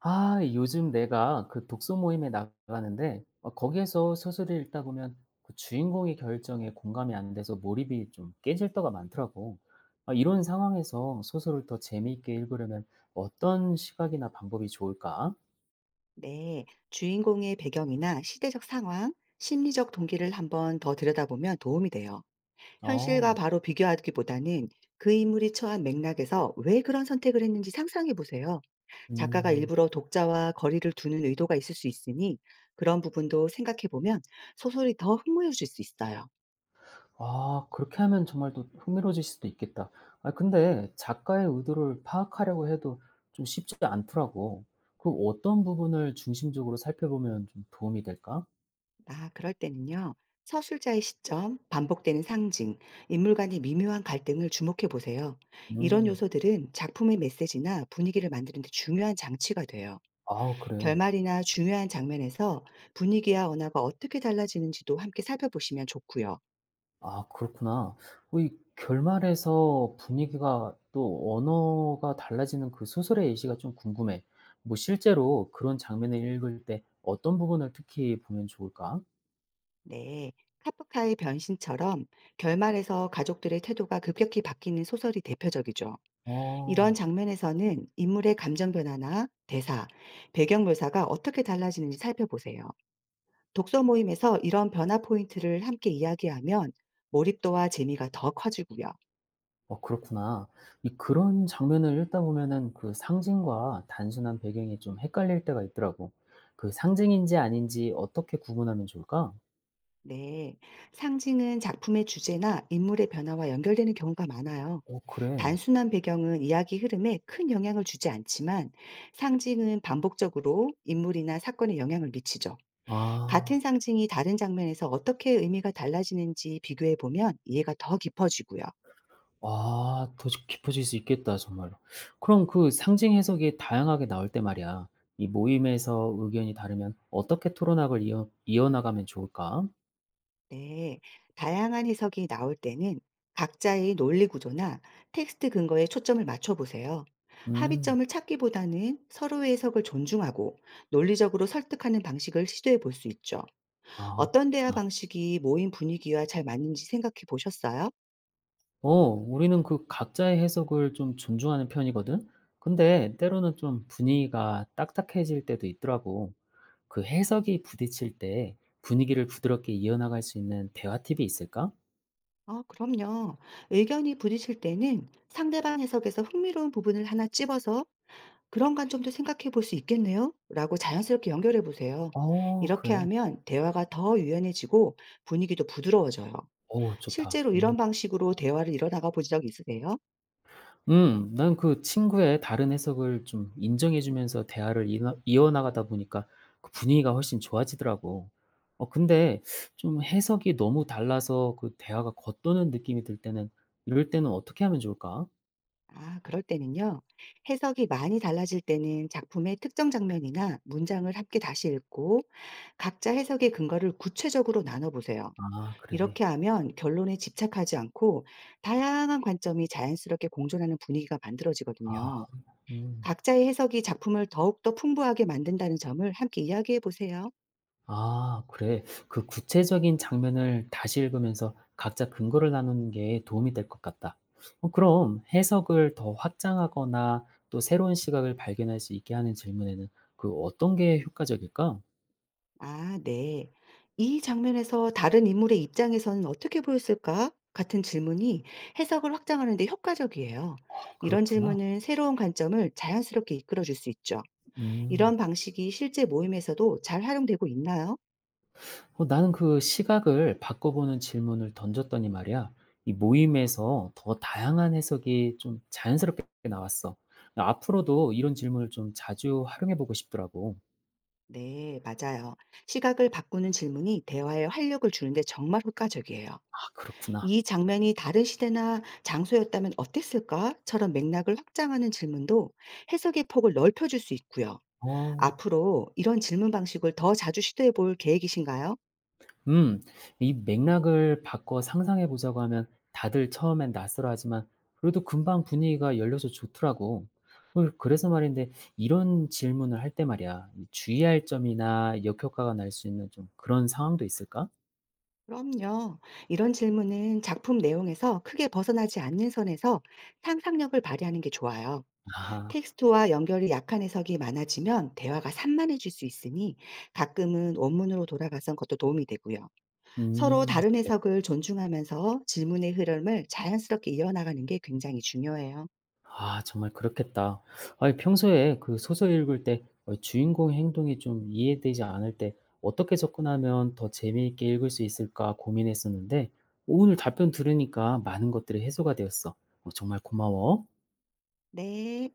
아 요즘 내가 그 독서 모임에 나가는데 거기에서 소설을 읽다 보면 그 주인공의 결정에 공감이 안 돼서 몰입이 좀 깨질 때가 많더라고. 아, 이런 상황에서 소설을 더 재미있게 읽으려면 어떤 시각이나 방법이 좋을까? 네, 주인공의 배경이나 시대적 상황, 심리적 동기를 한번 더 들여다보면 도움이 돼요. 현실과 어, 바로 비교하기보다는 그 인물이 처한 맥락에서 왜 그런 선택을 했는지 상상해 보세요. 작가가 음, 일부러 독자와 거리를 두는 의도가 있을 수 있으니 그런 부분도 생각해 보면 소설이 더 흥미로워질 수 있어요. 아, 그렇게 하면 정말 또 흥미로워질 수도 있겠다. 아, 근데 작가의 의도를 파악하려고 해도 좀 쉽지 않더라고. 그럼 어떤 부분을 중심적으로 살펴보면 좀 도움이 될까? 아, 그럴 때는요. 서술자의 시점, 반복되는 상징, 인물 간의 미묘한 갈등을 주목해 보세요. 이런 음. 요소들은 작품의 메시지나 분위기를 만드는 데 중요한 장치가 돼요. 아 그래. 결말이나 중요한 장면에서 분위기와 언어가 어떻게 달라지는지도 함께 살펴보시면 좋고요. 아 그렇구나. 어 이 결말에서 분위기가 또 언어가 달라지는 그 소설의 예시가 좀 궁금해. 뭐 실제로 그런 장면을 읽을 때 어떤 부분을 특히 보면 좋을까? 네. 카프카의 변신처럼 결말에서 가족들의 태도가 급격히 바뀌는 소설이 대표적이죠. 이런 어. 장면에서는 인물의 감정 변화나 대사, 배경 묘사가 어떻게 달라지는지 살펴보세요. 독서 모임에서 이런 변화 포인트를 함께 이야기하면 몰입도와 재미가 더 커지고요. 어 그렇구나. 이 그런 장면을 읽다 보면은 그 상징과 단순한 배경이 좀 헷갈릴 때가 있더라고. 그 상징인지 아닌지 어떻게 구분하면 좋을까? 네. 상징은 작품의 주제나 인물의 변화와 연결되는 경우가 많아요. 어 그래. 단순한 배경은 이야기 흐름에 큰 영향을 주지 않지만 상징은 반복적으로 인물이나 사건에 영향을 미치죠. 같은 아. 상징이 다른 장면에서 어떻게 의미가 달라지는지 비교해 보면 이해가 더 깊어지고요. 아 깊어질 수 있겠다 정말로. 그럼 그 상징 해석이 다양하게 나올 때 말이야. 이 모임에서 의견이 다르면 어떻게 토론학을 이어나가면 좋을까? 네, 다양한 해석이 나올 때는 각자의 논리 구조나 텍스트 근거에 초점을 맞춰보세요. 음. 합의점을 찾기보다는 서로의 해석을 존중하고 논리적으로 설득하는 방식을 시도해 볼 수 있죠. 아 어떤 대화 그렇구나. 방식이 모임 분위기와 잘 맞는지 생각해 보셨어요? 어 우리는 그 각자의 해석을 좀 존중하는 편이거든. 근데 때로는 좀 분위기가 딱딱해질 때도 있더라고. 그 해석이 부딪힐 때 분위기를 부드럽게 이어나갈 수 있는 대화 팁이 있을까? 그럼요. 의견이 부딪힐 때는 상대방 해석에서 흥미로운 부분을 하나 찝어서 "그런 관점도 생각해 볼 수 있겠네요. 라고 자연스럽게 연결해 보세요. 어 이렇게 그래. 하면 대화가 더 유연해지고 분위기도 부드러워져요. 어우 좋다. 실제로 이런 음. 방식으로 대화를 이뤄나가 보신 적 있으세요? 음. 난 그 친구의 다른 해석을 좀 인정해 주면서 대화를 이어나가다 보니까 그 분위기가 훨씬 좋아지더라고. 어 근데 좀 해석이 너무 달라서 그 대화가 겉도는 느낌이 들 때는 이럴 때는 어떻게 하면 좋을까? 아, 그럴 때는요. 해석이 많이 달라질 때는 작품의 특정 장면이나 문장을 함께 다시 읽고 각자 해석의 근거를 구체적으로 나눠보세요. 아 이렇게 그래. 하면 결론에 집착하지 않고 다양한 관점이 자연스럽게 공존하는 분위기가 아. 만들어지거든요. 음. 각자의 해석이 작품을 더욱더 풍부하게 만든다는 점을 함께 이야기해 보세요. 아 그래. 그 구체적인 장면을 다시 읽으면서 각자 근거를 나누는 게 도움이 될 것 같다. 어 그럼 해석을 더 확장하거나 또 새로운 시각을 발견할 수 있게 하는 질문에는 그 어떤 게 효과적일까? 아, 네. "이 장면에서 다른 인물의 입장에서는 어떻게 보였을까?" 같은 질문이 해석을 확장하는 데 효과적이에요. 아 이런 그렇구나. 질문은 새로운 관점을 자연스럽게 이끌어 줄 수 있죠. 음. 이런 방식이 실제 모임에서도 잘 활용되고 있나요? 어 나는 그 시각을 바꿔보는 질문을 던졌더니 말이야. 이 모임에서 더 다양한 해석이 좀 자연스럽게 나왔어. 앞으로도 이런 질문을 좀 자주 활용해 보고 싶더라고. 네, 맞아요. 시각을 바꾸는 질문이 대화에 활력을 주는데 정말 효과적이에요. 아 그렇구나. "이 장면이 다른 시대나 장소였다면 어땠을까?"처럼 맥락을 확장하는 질문도 해석의 폭을 넓혀줄 수 있고요. 어. 앞으로 이런 질문 방식을 더 자주 시도해 볼 계획이신가요? 음, 이 맥락을 바꿔 상상해 보자고 하면 다들 처음엔 낯설어하지만 그래도 금방 분위기가 열려서 좋더라고. 헐, 그래서 말인데 이런 질문을 할 때 말이야. 이 주의할 점이나 역효과가 날 수 있는 좀 그런 상황도 있을까? 그럼요. 이런 질문은 작품 내용에서 크게 벗어나지 않는 선에서 상상력을 발휘하는 게 좋아요. 아, 텍스트와 연결이 약한 해석이 많아지면 대화가 산만해질 수 있으니 가끔은 원문으로 돌아가선 것도 도움이 되고요. 서로 음. 다른 해석을 존중하면서 질문의 흐름을 자연스럽게 이어나가는 게 굉장히 중요해요. 아 정말 그렇겠다. 아니 평소에 그 소설 읽을 때 어 주인공의 행동이 좀 이해되지 않을 때 어떻게 접근하면 더 재미있게 읽을 수 있을까 고민했었는데 오늘 답변 들으니까 많은 것들이 해소가 되었어. 어 정말 고마워. 네.